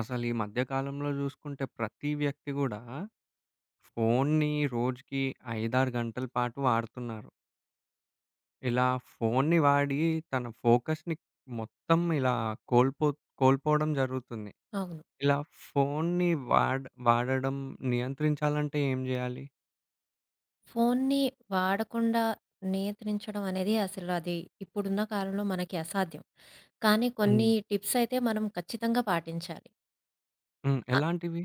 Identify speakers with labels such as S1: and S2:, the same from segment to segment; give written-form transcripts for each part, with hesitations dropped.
S1: అసలు ఈ మధ్య కాలంలో చూసుకుంటే ప్రతి వ్యక్తి కూడా ఫోన్‌ని రోజుకి 5, 6 గంటల పాటు వాడుతున్నారు. ఇలా ఫోన్‌ని వాడి తన ఫోకస్‌ని మొత్తం ఇలా కోల్పో కోల్పోవడం జరుగుతుంది.
S2: అవును.
S1: ఇలా ఫోన్‌ని వాడడం నియంత్రించాలంటే ఏం చేయాలి?
S2: ఫోన్ని వాడకుండా నియంత్రించడం అనేది అసలు అది ఇప్పుడున్న కాలంలో మనకి అసాధ్యం. కానీ కొన్ని
S1: హ్మ్.
S2: టిప్స్ అయితే మనం ఖచ్చితంగా పాటించాలి.
S1: హ్మ్.
S2: అ
S1: ఎలాంటివి?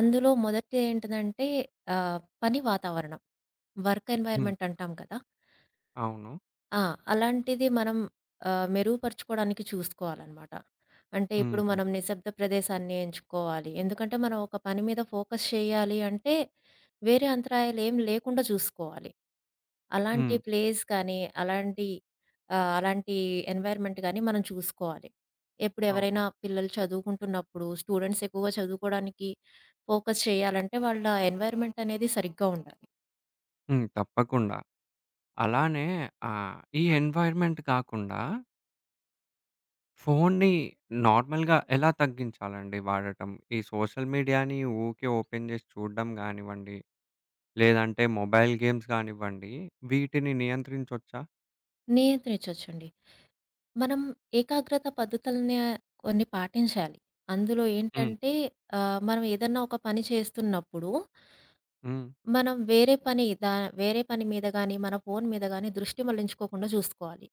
S2: అందులో మొదటిది ఏంటిదంటే ఆహ్, పని వాతావరణం. వర్క్
S1: హ్మ్.
S2: ఎన్వైర్న్‌మెంట్ అంటాం కదా!
S1: అవును.
S2: ఆ! అలాంటిది మనం మెరుగుపరుచుకోవడానికి చూసుకోవాలనమాట. అంటే ఇప్పుడు
S1: హుహు.
S2: మనం నిశ్శబ్ద ప్రదేశాన్ని ఎంచుకోవాలి. ఎందుకంటే మనం ఒక పని మీద ఫోకస్ చేయాలి అంటే వేరే అంతరాయాలు ఏమి లేకుండా చూసుకోవాలి. అలాంటి
S1: హ్మ్.
S2: ప్లేస్ కానీ, అలాంటి అలాంటి ఎన్వైర్న్మెంట్ గాని మనం చూసుకోవాలి. ఇప్పుడు
S1: అవును.
S2: ఎవరైనా పిల్లలు చదువుకుంటున్నప్పుడు స్టూడెంట్స్ ఎక్కువగా చదువుకోవడానికి ఫోకస్ చేయాలంటే వాళ్ళ ఎన్వైర్న్మెంట్ అనేది సరిగ్గా ఉండాలి.
S1: హ్మ్. తప్పకుండా. అలానే ఈ ఎన్వైర్న్‌మెంట్ కాకుండా ఫోన్‌ని నార్మల్‌గా ఎలా తగ్గించాలండి వాడటం? ఈ సోషల్ మీడియాని ఊకే ఓపెన్ జేసి చూడడం గానివ్వండి, లేదంటే మొబైల్ గేమ్స్ గానివ్వండి, వీటిని నియంత్రించొచ్చా?
S2: నియంత్రించొచ్చండి. మనం ఏకాగ్రత పద్ధతులనే కొన్ని పాటించాలి. అందులో
S1: హ్మ్.
S2: ఏంటంటే మనం ఏదన్నా ఒక పని చేస్తున్నప్పుడు,
S1: హ్మ్.
S2: మనం వేరే పని మీద గాని, మన ఫోను మీద గాని దృష్టి మళ్లించుకోకుండా చూసుకోవాలి.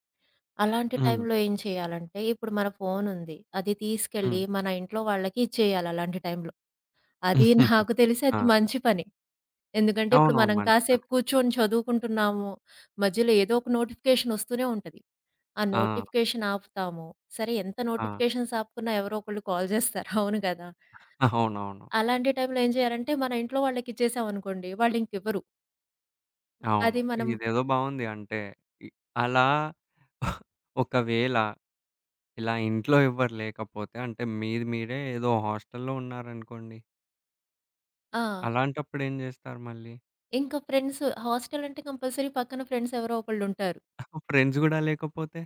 S2: అలాంటి
S1: హ్మ్.
S2: టైంలో ఏం చేయాలంటే, ఇప్పుడు మన ఫోనుంది. అది
S1: హ్మ్.
S2: తీసుకెళ్ళి మన ఇంట్లో వాళ్ళకి ఇచ్చేయాలి అలాంటి టైంలో. అది నాకు తెలిసి అది
S1: ఆ!
S2: మంచి పని. ఎందుకంటే ఇప్పుడు
S1: అవునవును.
S2: మనం
S1: మంచి పని.
S2: కాసేపు కూర్చొని చదువుకుంటున్నాము. మధ్యలో ఏదో ఒక నోటిఫికేషన్ వస్తూనే ఉంటది. ఆ
S1: ఆ!
S2: నోటిఫికేషన్ ఆపుతాము. సరే ఎంత
S1: ఆ!
S2: నోటిఫికేషన్స్ ఆపుకున్నా ఎవరో ఒకళ్ళు కాల్ చేస్తారు. అవును కదా!
S1: అవునవును.
S2: అలాంటి టైంలో ఏం చేయాలంటే మన ఇంట్లో వాళ్ళకిచ్చేసామనుకోండి వాళ్ళు ఇంకివ్వరు.
S1: అవును.
S2: అది మనం
S1: ఇదేదో బావుంది. అంటే ఇ అలా ఒకవేళ ఇలా ఇంట్లో ఎవ్వరు లేకపోతే అంటే మీది మీరే ఏదో హాస్టల్‌లో ఉన్నారనుకోండి.
S2: ఆ!
S1: అలాంటప్పుడు ఏం జేస్తారు మళ్ళీ?
S2: ఇంకా ఫ్రెండ్స్ హాస్టల్ అంటే కంపల్సరీ పక్కన ఫ్రెండ్స్ ఎవరో ఒకళ్ళు ఉంటారు.
S1: ఫ్రెండ్స్ గూడా లేకపోతే?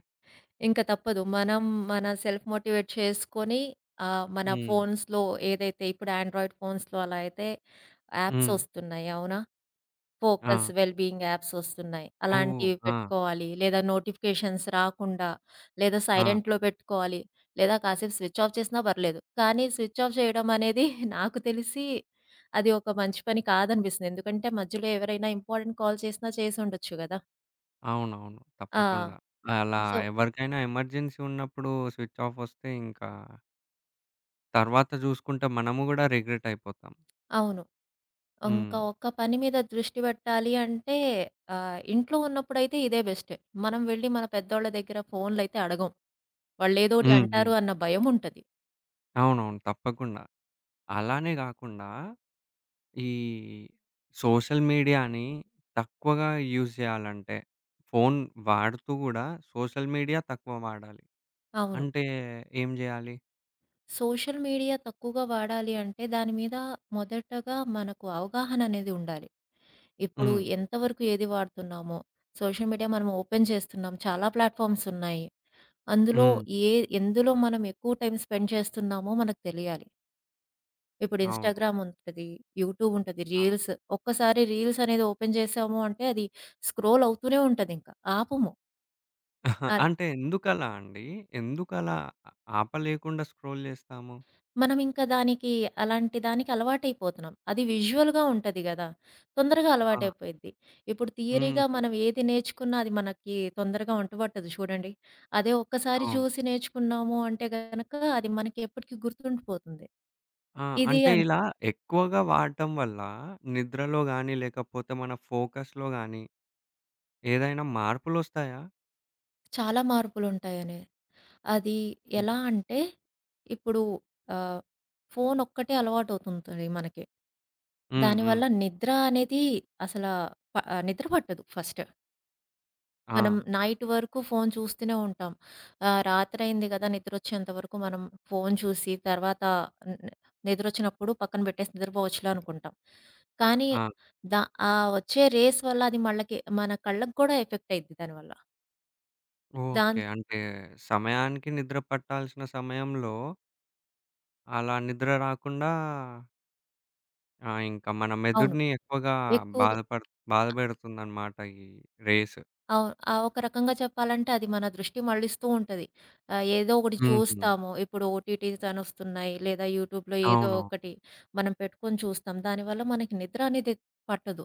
S2: ఇంక తప్పదు. మనం మన సెల్ఫ్ మోటివేట్ చేసుకొని మన
S1: హ్మ్.
S2: ఫోన్స్‌లో ఏదైతే ఇప్పుడు ఆండ్రాయిడ్ ఫోన్స్‌లో అలా అయితే యాప్స్
S1: హ్మ్.
S2: ఒస్తున్నాయి అవునా? ఫోకస్,
S1: ఆ!
S2: వెల్ బీయింగ్ యాప్స్ ఒస్తున్నాయి.
S1: ఓహ్!
S2: అలాంటివి
S1: ఆ!
S2: పెట్టుకోవాలి. లేదా నోటిఫికేషన్స్ రాకుండా, లేదా
S1: ఆ!
S2: సైలెంట్‌లో పెట్టుకోవాలి. లేదా కాసేపు స్విచ్ ఆఫ్ చేసినా పర్లేదు. కానీ స్విచ్ ఆఫ్ చేయడం అనేది నాకు తెలిసి అది ఒక మంచి పని కాదనిపిస్తుంది. ఎందుకంటే మధ్యలో ఎవరైనా ఇంపార్టెంట్ కాల్ చేసినా చేసుండొచ్చు గదా!
S1: అవునవును.
S2: ఆ!
S1: తప్పకుండా. అలా
S2: సో
S1: ఎవరికైనా ఎమర్జెన్సీ ఉన్నప్పుడు స్విచ్ ఆఫ్ వస్తే ఇంకా తర్వాత జూసుకుంటే మనము గూడా రిగ్రెట్ అయిపోతాం.
S2: అవును.
S1: హ్మ్.
S2: ఇంకా ఒక్క పని మీద దృష్టి పెట్టాలి అంటే ఇంట్లో ఉన్నప్పుడైతే ఇదే బెస్ట్. మనం వెళ్లి మన పెద్దోళ్ళ దగ్గర ఫోన్‌లైతే అడగం. వాళ్ళేదోటి
S1: హ్మ్. హ్మ్.
S2: అంటారు అన్న భయముంటది.
S1: అవునవును. తప్పకుండా. అలానే గాకుండా ఈ సోషల్ మీడియాని తక్కువగా యూజ్ జేయాలంటే ఫోను వాడుతూ గూడా సోషల్ మీడియా తక్కువ వాడాలి.
S2: అవును.
S1: అంటే ఏం జేయాలి?
S2: సోషల్ మీడియా తక్కువగా వాడాలి అంటే దాని మీద మొదటగా మనకు అవగాహన అనేది ఉండాలి. ఇప్పుడు
S1: హ్మ్.
S2: ఎంతవరకు ఏది వాడుతున్నామో, సోషల్ మీడియా మనం ఓపెన్ చేస్తున్నాం. చాలా ప్లాట్‌ఫార్మ్స్ ఉన్నాయి. అందులో
S1: హ్మ్.
S2: ఏ ఎందులో మనం ఎక్కువ టైమ్ స్పెండ్ చేస్తున్నామో మనకు తెలియాలి. ఇప్పుడు
S1: అవును.
S2: ఇన్‌స్టాగ్రామ్ ఉంటది. యూట్యూబ్ ఉంటది.
S1: ఆ!
S2: రీల్స్. ఒక్కసారి రీల్స్ అనేది ఓపెన్ చేసాము అంటే అది స్క్రోల్ అవుతూనే ఉంటదింక. ఆపము. ఆహ్,
S1: అంటే ఎందుకలా అండి? ఎందుకలా ఆ ఆపలేకుండా స్క్రోల్ చేస్తాము?
S2: మనం ఇంకా దానికి అలవాటైపోతున్నాం. అది విజువల్‌గా ఉంటది గదా! తొందరగా
S1: ఆ!
S2: అలవాటైపోయిద్ది. ఇప్పుడు
S1: హుహు.
S2: థియరీగా మనం ఏది నేర్చుకున్నా అది మనకి తొందరగా అంటుపట్టదు చూడండి. అదే ఒక్కసారి
S1: అవును.
S2: చూసి నేర్చుకున్నాము అంటే గనక అది మనకి ఎప్పటికి గుర్తుండిపోతుంది.
S1: ఆ!
S2: ఇది
S1: అంటే ఇలా
S2: అంతే.
S1: ఎక్కువగా వాడటం వల్ల నిద్రలో గాని, లేకపోతే మన ఫోకస్‌లో గాని ఏదైనా మార్పులొస్తాయా?
S2: చాలా మార్పులుంటాయనే. అది
S1: హ్మ్.
S2: ఎలా అంటే, ఇప్పుడు ఆహ్, ఫోనొక్కటే అలవాటవుతుంటది మనకి.
S1: హ్మ్. హ్మ్.
S2: దానివల్ల నిద్ర అనేది అసల నిద్ర పట్టదు ఫస్ట్.
S1: ఆ!
S2: మనం నైట్ వరకు ఫోను చూస్తూనే ఉంటాం. రాత్రయింది కదా! నిద్రొచ్చేంత వరకు మనం ఫోను చూసి తర్వాత న్ న్ నిద్రొచ్చినప్పుడు పక్కన పెట్టేసి నిద్రపోవచ్చులే అనుకుంటాం. కానీ
S1: ఆ!
S2: దా ఆ వచ్చే రేస్ వల్ల అది మళ్ళకి మన కళ్ళకి కూడా ఎఫెక్ట్ అయ్యిద్ది దానివల్ల.
S1: ఓకే.
S2: దాన్
S1: అంటే సమయానికి నిద్ర పట్టాల్సిన సమయంలో అలా నిద్ర రాకుండా ఆ! ఇంకా మన
S2: అవును.
S1: మెదడుని ఎక్కువగా
S2: ఎక్కువగా
S1: బాధపడు బాధపెడుతుందన్నమాట ఈ రేస్.
S2: అవును. ఆ! ఒక రకంగా చెప్పాలంటే అది మన దృష్టి మళ్ళిస్తూ ఉంటది. ఏదో ఒకటి
S1: హుహు.
S2: చూస్తాము. ఇప్పుడు ఓటీటీస్ అనొస్తున్నాయి. లేదా యూట్యూబ్‌లో ఏదో
S1: అవును.
S2: ఒకటి మనం పెట్టుకొని చూస్తాం. దానివల్ల మనకి నిద్ర అనేది పట్టదు.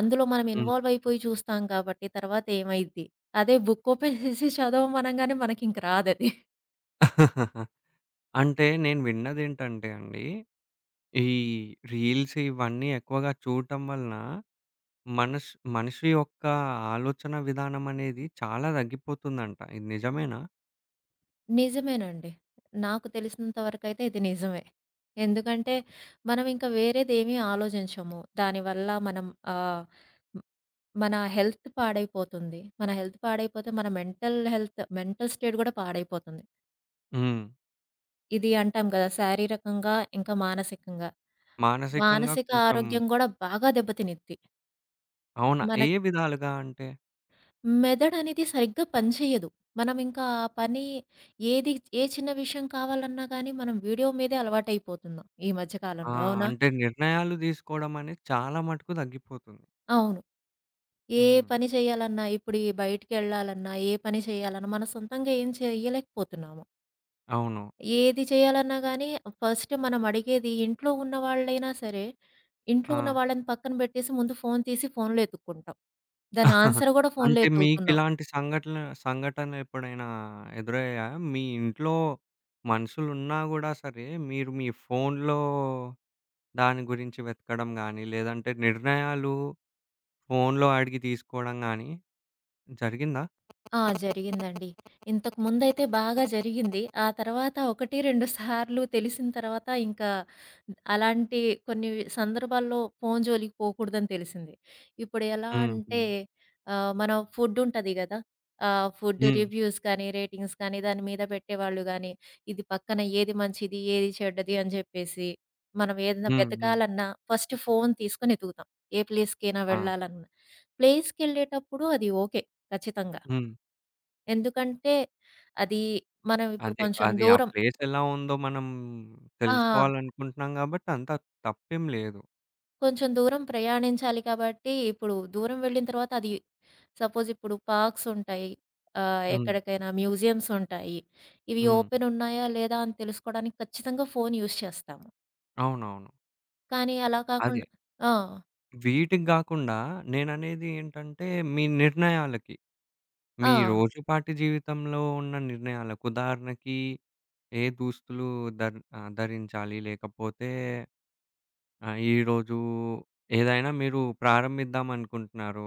S2: అందులో మనం
S1: హ్మ్.
S2: ఇన్వాల్వ్ అయిపోయి చూస్తాం కాబట్టి తర్వాత ఏమైద్ది? అదే బుక్ ఓపెన్ చేసి చదవమనంగానే మనకింక రాదది.
S1: అంటే నేను విన్నదేంటంటే అండి, ఈ రీల్స్ ఇవన్నీ ఎక్కువగా చూడటం వలన మనష్ మనిషి యొక్క ఆలోచన విధానం అనేది చాలా తగ్గిపోతుందంట. ఇది నిజమేనా?
S2: నిజమేనండి. నాకు తెలిసినంత వరకైతే ఇది నిజమే. ఎందుకంటే మనం ఇంకా వేరేదేమీ ఆలోచించము. దానివల్ల మనం ఆహ్ మన హెల్త్ పాడైపోతుంది. మన హెల్త్ పాడైపోతే మన మెంటల్ హెల్త్, మెంటల్ స్టేట్ గూడా పాడైపోతుంది.
S1: హ్మ్.
S2: ఇది అంటాం గదా! శారీరకంగా ఇంకా మానసికంగా.
S1: మానసికంగా
S2: మానసిక
S1: కొంచెం
S2: ఆరోగ్యం గూడా బాగా దెబ్బతినిద్ది.
S1: అవునా? ఏ
S2: మన
S1: విధాలుగా అంటే?
S2: మెదడనేది సరిగ్గా పని చెయ్యదు. మనం ఇంకా ఆ పని ఏది ఏ చిన్న విషయం కావాలన్నా గానీ మనం వీడియో మీదే అలవాటైపోతున్నాం ఈ మధ్య
S1: ఆ!
S2: కాలంలో. అవునా?
S1: అంటే నిర్ణయాలు తీసుకోవడం అనేది చాలా మటుకు తగ్గిపోతుంది.
S2: అవును. ఏ
S1: హ్మ్.
S2: పని చేయాలన్నా ఇప్పుడు ఈ బయటికెళ్ళాలన్నా, ఏ పని చేయాలన్నా మన సొంతంగా ఏం చేయలేకపోతున్నాం.
S1: అవును.
S2: ఏది చేయాలన్నా గానీ, ఫస్ట్ మనం అడిగేది ఇంట్లో ఉన్న వాళ్ళైనా సరే, ఇంట్లో
S1: ఆ!
S2: ఉన్న వాళ్ళని పక్కన బెట్టేసి ముందు ఫోను తీసి ఫోనులో ఎతుక్కుంటాం. దాని ఆన్సర్ గూడా ఫోనులో
S1: అంటే
S2: ఎతుకుతున్నాం.
S1: మీకిలాంటి సంఘటనలెప్పుడైనా ఎదురయ్యాయా? మీ ఇంట్లో మనుషులున్నా గూడా సరే, మీరు మీ ఫోన్‌లో దాని గురించి వెతకడం గానీ, లేదంటే నిర్ణయాలు ఫోన్‌లో అడిగి తీసుకోవడం గానీ జరిగిందా?
S2: ఆ! జరిగిందండి. ఇంతకుముందైతే బాగా జరిగింది. ఆ తర్వాత 1, 2 సార్లు తెలిసిన తర్వాత ఇంకా అలాంటి కొన్ని సందర్భాల్లో ఫోను జోలికి పోకూడదని తెలిసింది. ఇప్పుడు ఎలా
S1: హుహు.
S2: అంటే
S1: హ్మ్.
S2: మన ఫుడ్ ఉంటది గదా! ఫుడ్
S1: హ్మ్.
S2: రివ్యూస్ కానీ, రేటింగ్స్ కానీ దాని మీద పెట్టేవాళ్ళు గానీ, ఇది పక్కన ఏది మంచిది, ఏది చెడ్డది అని జెప్పేసి మనం ఏదైనా
S1: హ్మ్. హ్మ్.
S2: వెతకాలన్నా ఫస్ట్ ఫోను తీసుకొని ఎతుకుతాం. ఏ ప్లేస్‌కైనా
S1: ఆ!
S2: వెళ్ళాలన్నా. ప్లేస్‌కెళ్ళేటప్పుడు అది ఓకే. ఖచ్చితంగా.
S1: హ్మ్.
S2: ఎందుకంటే, అది మనం ఇప్పుడు
S1: అదే.
S2: కొంచెం
S1: అది ఆ
S2: దూరం
S1: ప్లేస్ ఎలా ఉందో మనం
S2: ఆ!
S1: తెలుసుకోవాలనుకుంటున్నాం గాబట్టి అంత తప్పేం లేదు.
S2: కొంచెం దూరం ప్రయాణించాలి కాబట్టి, ఇప్పుడు దూరం వెళ్ళిన తర్వాత అది సపోజ్ ఇప్పుడు పార్క్స్ ఉంటాయి.
S1: హ్మ్.
S2: ఎక్కడికైనా మ్యూజియమ్స్ ఉంటాయి. ఇవి
S1: హ్మ్.
S2: ఓపెన్ ఉన్నాయా? లేదా? అని తెలుసుకోవడానికి ఖచ్చితంగా ఫోన్ యూజ్ చేస్తాము.
S1: అవునవును.
S2: కానీ అలా
S1: అదే.
S2: కాకుండా ఆ!
S1: వీటికి గాకుండా నేననేది ఏంటంటే, మీ నిర్ణయాలకి.
S2: ఆ!
S1: మీ రోజుపాటి జీవితంలో ఉన్న నిర్ణయాలకు. ఉదాహరణకి ఏ దుస్తులు ధరించాలి? లేకపోతే ఈరోజు ఏదైనా మీరు ప్రారంభిద్దాం అనుకుంటున్నారు.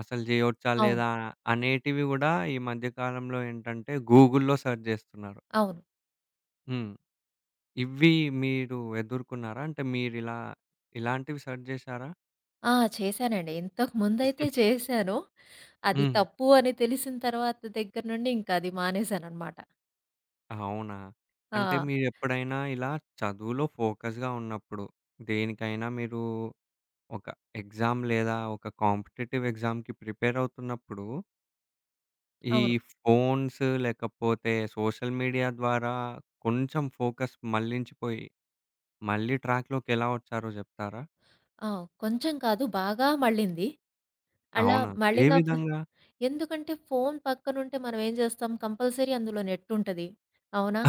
S1: అసలు జేయొచ్చా?
S2: అవును.
S1: లేదా? అనేటివి గూడా ఈ మధ్య కాలంలో ఏంటంటే, గూగుల్‌లో సెర్చ్ జేస్తున్నారు.
S2: అవును.
S1: హ్మ్. ఇవి మీరు ఎదుర్కున్నారా? అంటే మీరిలా ఇలాంటివి సెర్చ్ జేశారా?
S2: ఆ! చేశానండి. ఇంతకుముందయితే చేశాను. అది
S1: హ్మ్.
S2: తప్పు అని తెలిసిన తర్వాత దగ్గర నుండి ఇంకా అది మానేశాననమాట.
S1: అవునా? అంటే
S2: ఆ!
S1: మీరెప్పుడైనా ఇలా చదువులో ఫోకస్‌గా ఉన్నప్పుడు, దేనికైనా మీరు ఒక ఎగ్జామ్ లేదా ఒక కాంపిటీటివ్ ఎగ్జామ్‌కి ప్రిపేర్ అవుతున్నప్పుడు, ఈ
S2: అవును.
S1: ఫోన్స్ లేకపోతే సోషల్ మీడియా ద్వారా కొంచెం ఫోకస్ మళ్లించిపోయి, మళ్ళీ ట్రాక్‌లోకి ఎలా వచ్చారో జెప్తారా?
S2: ఆ! కొంచెం కాదు. బాగా మళ్ళింది. అలా
S1: అవునా? ఏ
S2: మళ్ళినప్పుడు
S1: విధంగా?
S2: ఎందుకంటే ఫోను పక్కనుంటే మనం ఏం చేస్తాం కంపల్సరీ అందులో నెట్టుంటది. అవునా?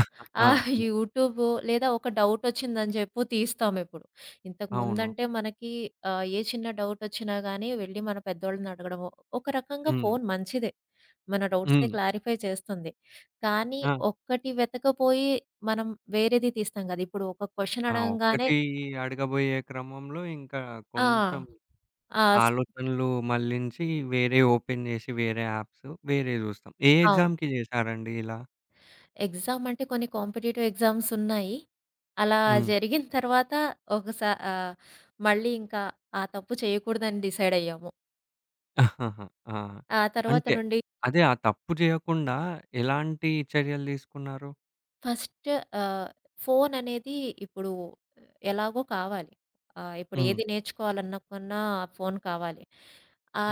S1: ఆ!
S2: ఆ
S1: హ్మ్.
S2: యూట్యూబు లేదా ఒక డౌటొచ్చిందని చెప్పు తీస్తామిప్పుడు. ఇంతకు
S1: అవును.
S2: ముందంటే మనకి ఏ చిన్న డౌటొచ్చినా గానీ వెళ్లి మన పెద్దోళ్ళని అడగడమో ఒక రకంగా
S1: హ్మ్.
S2: ఫోను మంచిదే. మన డౌట్స్‌ని
S1: హ్మ్.
S2: క్లారిఫై చేస్తుంది. కానీ
S1: ఆ!
S2: ఒక్కటి వెతకపోయి మనం వేరేది తీస్తాం కదా! ఇప్పుడు ఒక క్వెషన్
S1: ఆ
S2: అడగంగానే
S1: ఒక్కటి అడగబోయే క్రమంలో ఇంకా
S2: ఆ!
S1: కొంచెం
S2: ఆ!
S1: ఆలోచనలు మళ్ళించి వేరే ఓపెన్ జేసి, వేరే యాప్స్ వేరే జూస్తాం. ఏ
S2: అవును.
S1: ఎగ్జామ్‌కి జేశారండి ఇలా?
S2: ఎగ్జామ్ అంటే కొన్ని కాంపిటీటివ్ ఎగ్జామ్స్ ఉన్నాయి. అలా
S1: హ్మ్.
S2: జరిగిన తర్వాత ఒకసా ఆహ్, మళ్ళీ ఇంకా ఆ తప్పు చేయకూడదని డిసైడ్ అయ్యాము.
S1: ఆహాహా! ఆ!
S2: ఆ తర్వాత
S1: అంటే
S2: నుండి
S1: అదే ఆ తప్పు జేయకుండా ఎలాంటి చర్యలు తీసుకున్నారు?
S2: ఫస్ట్ ఆహ్, ఫోన్ అనేది ఇప్పుడు ఎలాగో కావాలి. ఇప్పుడు
S1: హ్మ్.
S2: ఏది నేర్చుకోవాలన్నా కొన్నా ఫోన్ కావాలి.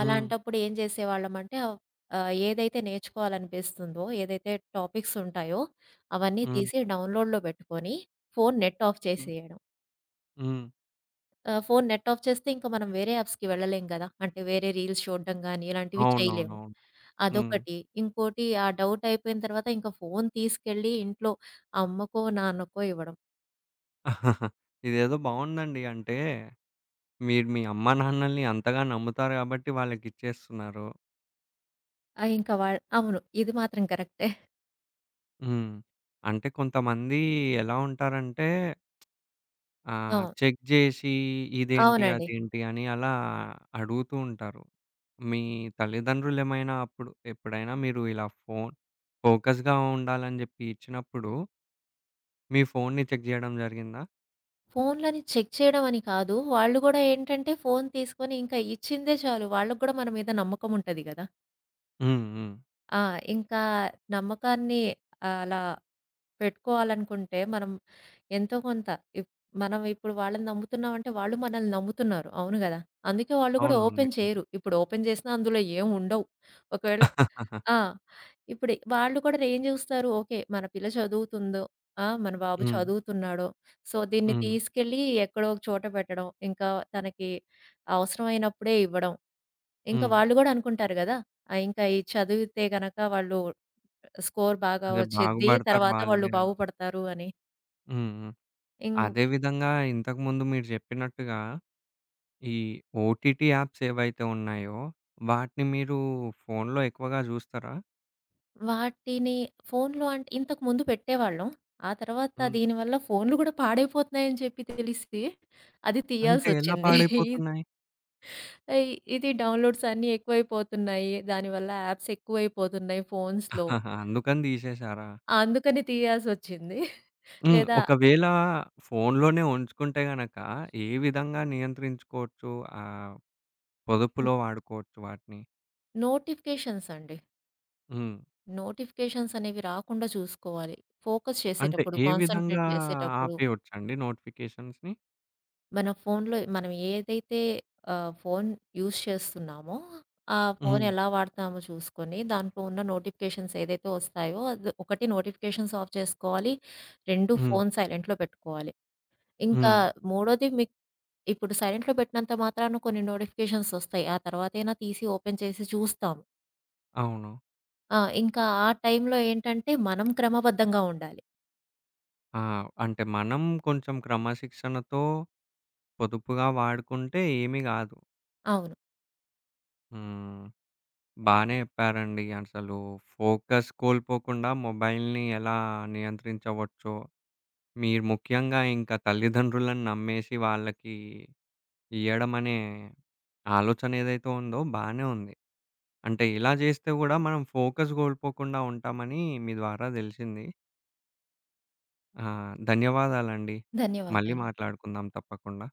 S1: హ్మ్.
S2: ఏం చేసేవాళ్ళమంటే ఆహ్, ఆహ్, ఏదైతే నేర్చుకోవాలనిపిస్తుందో, ఏదైతే టాపిక్స్ ఉంటాయో అవన్నీ
S1: హ్మ్.
S2: తీసి డౌన్‌లోడ్‌లో పెట్టుకొని ఫోన్ నెట్ ఆఫ్
S1: హ్మ్.
S2: చేసేయడం.
S1: హ్మ్.
S2: ఫోను నెట్ ఆఫ్ చేస్తే ఇంక మనం వేరే యాప్స్‌కి వెళ్ళలేం గదా! అంటే వేరే రీల్స్ చూడడం గానీ, ఇలాంటివి చేయలేము.
S1: అవునవునవును. హ్మ్.
S2: అదొకటి. ఇంకోటి ఆ డౌట్ అయిపోయిన తర్వాత ఇంక ఫోను తీసుకెళ్ళి ఇంట్లో అమ్మకో, నాన్నకో ఇవ్వడం.
S1: ఇదేదో బావుందండి. అంటే మీరు మీ అమ్మానాన్నల్ని అంతగా నమ్ముతారు గాబట్టి వాళ్ళకిచ్చేస్తున్నారు.
S2: ఆ! ఇంక వా అవును. ఇది మాత్రం కరెక్టే.
S1: హ్మ్. అంటే కొంతమంది ఎలా ఉంటారంటే ఆ!
S2: అవును.
S1: చెక్ జేసి ఇదేంటి?
S2: అవునండి.
S1: అదేంటి? అని అలా అడుగుతూ ఉంటారు. మీ తల్లిదండ్రులేమైనా అప్పుడు ఎప్పుడైనా మీరు ఇలా ఫోకస్‌గా ఉండాలని జెప్పి ఇచ్చినప్పుడు, మీ ఫోన్‌ని చెక్ జేయడం జరిగిందా?
S2: ఫోనులని చెక్ చేయడం అని కాదు. వాళ్ళు గూడా ఏంటంటే ఫోను తీసుకొని ఇంకా ఇచ్చిందే చాలు. వాళ్ళకి గూడా మన మీద నమ్మకం ఉంటది గదా!
S1: హ్మ్. హ్మ్.
S2: ఆ! ఇంకా నమ్మకాన్ని అలా పెట్టుకోవాలనుకుంటే మనం ఎంతో కొంత ఇప్ మనం ఇప్పుడు వాళ్ళని నమ్ముతున్నామంటే వాళ్ళు మనల్ని నమ్ముతున్నారు. అవును గదా! అందుకే వాళ్ళు కూడా
S1: అవునవును.
S2: ఓపెన్
S1: నిజమే.
S2: చేయరు. ఇప్పుడు ఓపెన్ చేసినా అందులో ఏం ఉండవు. ఒకవేళ ఆ! ఇప్పుడు వాళ్ళు కూడా ఏం చూస్తారు, ఓకే. మన పిల్ల చదువుతుందో, ఆ! మన బాబు
S1: హ్మ్.
S2: చదువుతున్నాడో, సో, దీన్ని
S1: హ్మ్.
S2: తీసుకెళ్ళి ఎక్కడో ఒక చోట పెట్టడం. ఇంకా తనకి అవసరమైనప్పుడే ఇవ్వడం. ఇంకా
S1: హ్మ్.
S2: వాళ్ళు గూడా అనుకుంటారు గదా! ఆ! ఇంకా ఈ చదివితే గనక వాళ్ళు స్కోర్ బాగా
S1: అదే
S2: వచ్చిద్ది.
S1: బాగుపడతారు
S2: తర్వాత వాళ్ళు
S1: వాళ్ళే అని.
S2: బాగుపడతారు అని.
S1: హ్మ్. హ్మ్.
S2: ఇం
S1: అదే విధంగా ఇంతకుముందు మీరు జెప్పినట్టుగా ఈ ఓటీటీ యాప్స్ ఏవైతే ఉన్నాయో, వాటిని మీరు ఫోన్‌లో ఎక్కువగా జూస్తారా?
S2: వాటిని ఫోన్‌లో అంటే ఇంతకుముందు పెట్టేవాళ్ళం. ఆ తర్వాత
S1: హ్మ్.
S2: దీనివల్ల ఫోన్‌లు గూడా పాడైపోతున్నాయని చెప్పి తెలిసి అది
S1: అంటే ఎలా
S2: తీయాల్సొచ్చింది.
S1: పాడైపోతున్నాయి?
S2: ఇ ఇది డౌన్‌లోడ్స్ అన్నీ ఎక్కువైపోతున్నాయి. దానివల్ల యాప్స్ ఎక్కువైపోతున్నాయి ఫోన్స్‌లో.
S1: ఆహాహా! అందుకని తీసేశారా?
S2: అందుకని తీయాల్సొచ్చింది.
S1: హ్మ్.
S2: లేదా
S1: ఒకవేళ ఫోనులోనే ఉంచుకుంటే గనక ఏ విధంగా నియంత్రించుకోవచ్చు? ఆహ్,
S2: న్
S1: పొదుపులో వాడుకోవచ్చు వాటిని?
S2: నోటిఫికేషన్స్ అండి.
S1: హ్మ్.
S2: నోటిఫికేషన్స్ అనేవి రాకుండా చూసుకోవాలి. ఫోకస్
S1: అంటే
S2: చేసేటప్పుడు,
S1: ఏ విధంగా
S2: కాన్సంట్రేట్ చేసేటప్పుడు.
S1: ఆపేయొచ్చండి నోటిఫికేషన్స్‌ని?
S2: మన ఫోన్‌లో మనం ఏదైతే ఆహ్, ఫోన్ యూజ్ చేస్తున్నామో, ఆ ఫోన్
S1: హ్మ్.
S2: ఎలా వాడతామో చూసుకొని, దాంట్లో ఉన్న నోటిఫికేషన్స్ ఏదైతే వస్తాయో, అది ఒకటి నోటిఫికేషన్స్ ఆఫ్ చేసుకోవాలి. 2
S1: హ్మ్.
S2: ఫోన్ సైలెంట్‌లో పెట్టుకోవాలి. ఇంకా
S1: హ్మ్.
S2: మూడోది మీకు ఇప్పుడు సైలెంట్‌లో పెట్టినంత మాత్రాన కొన్ని నోటిఫికేషన్స్ వస్తాయి. ఆ తర్వాతైనా తీసి ఓపెన్ చేసి చూస్తాము.
S1: అవును.
S2: ఆ! ఇంకా ఆ టైంలో ఏంటంటే, మనం క్రమబద్ధంగా ఉండాలి.
S1: ఆ! అంటే మనం కొంచెం క్రమశిక్షణతో పొదుపుగా వాడుకుంటే ఏమి గాదు.
S2: అవును.
S1: హ్మ్. బానే చెప్పారండి. అసలు ఫోకస్ కోల్పోకుండా మొబైల్‌ని ఎలా నియంత్రించవచ్చో, మీరు ముఖ్యంగా ఇంకా తల్లిదండ్రులను నమ్మేసి వాళ్ళకి ఇయ్యడమనే ఆలోచన ఏదైతే ఉందో బానే ఉంది. అంటే ఇలా చేస్తే గూడా మనం ఫోకస్ కోల్పోకుండా ఉంటామని మీ ద్వారా తెలిసింది. ధన్యవాదాలండి. మళ్ళీ
S2: ధన్యవాదాలు.
S1: మాట్లాడుకుందాం తప్పకుండా.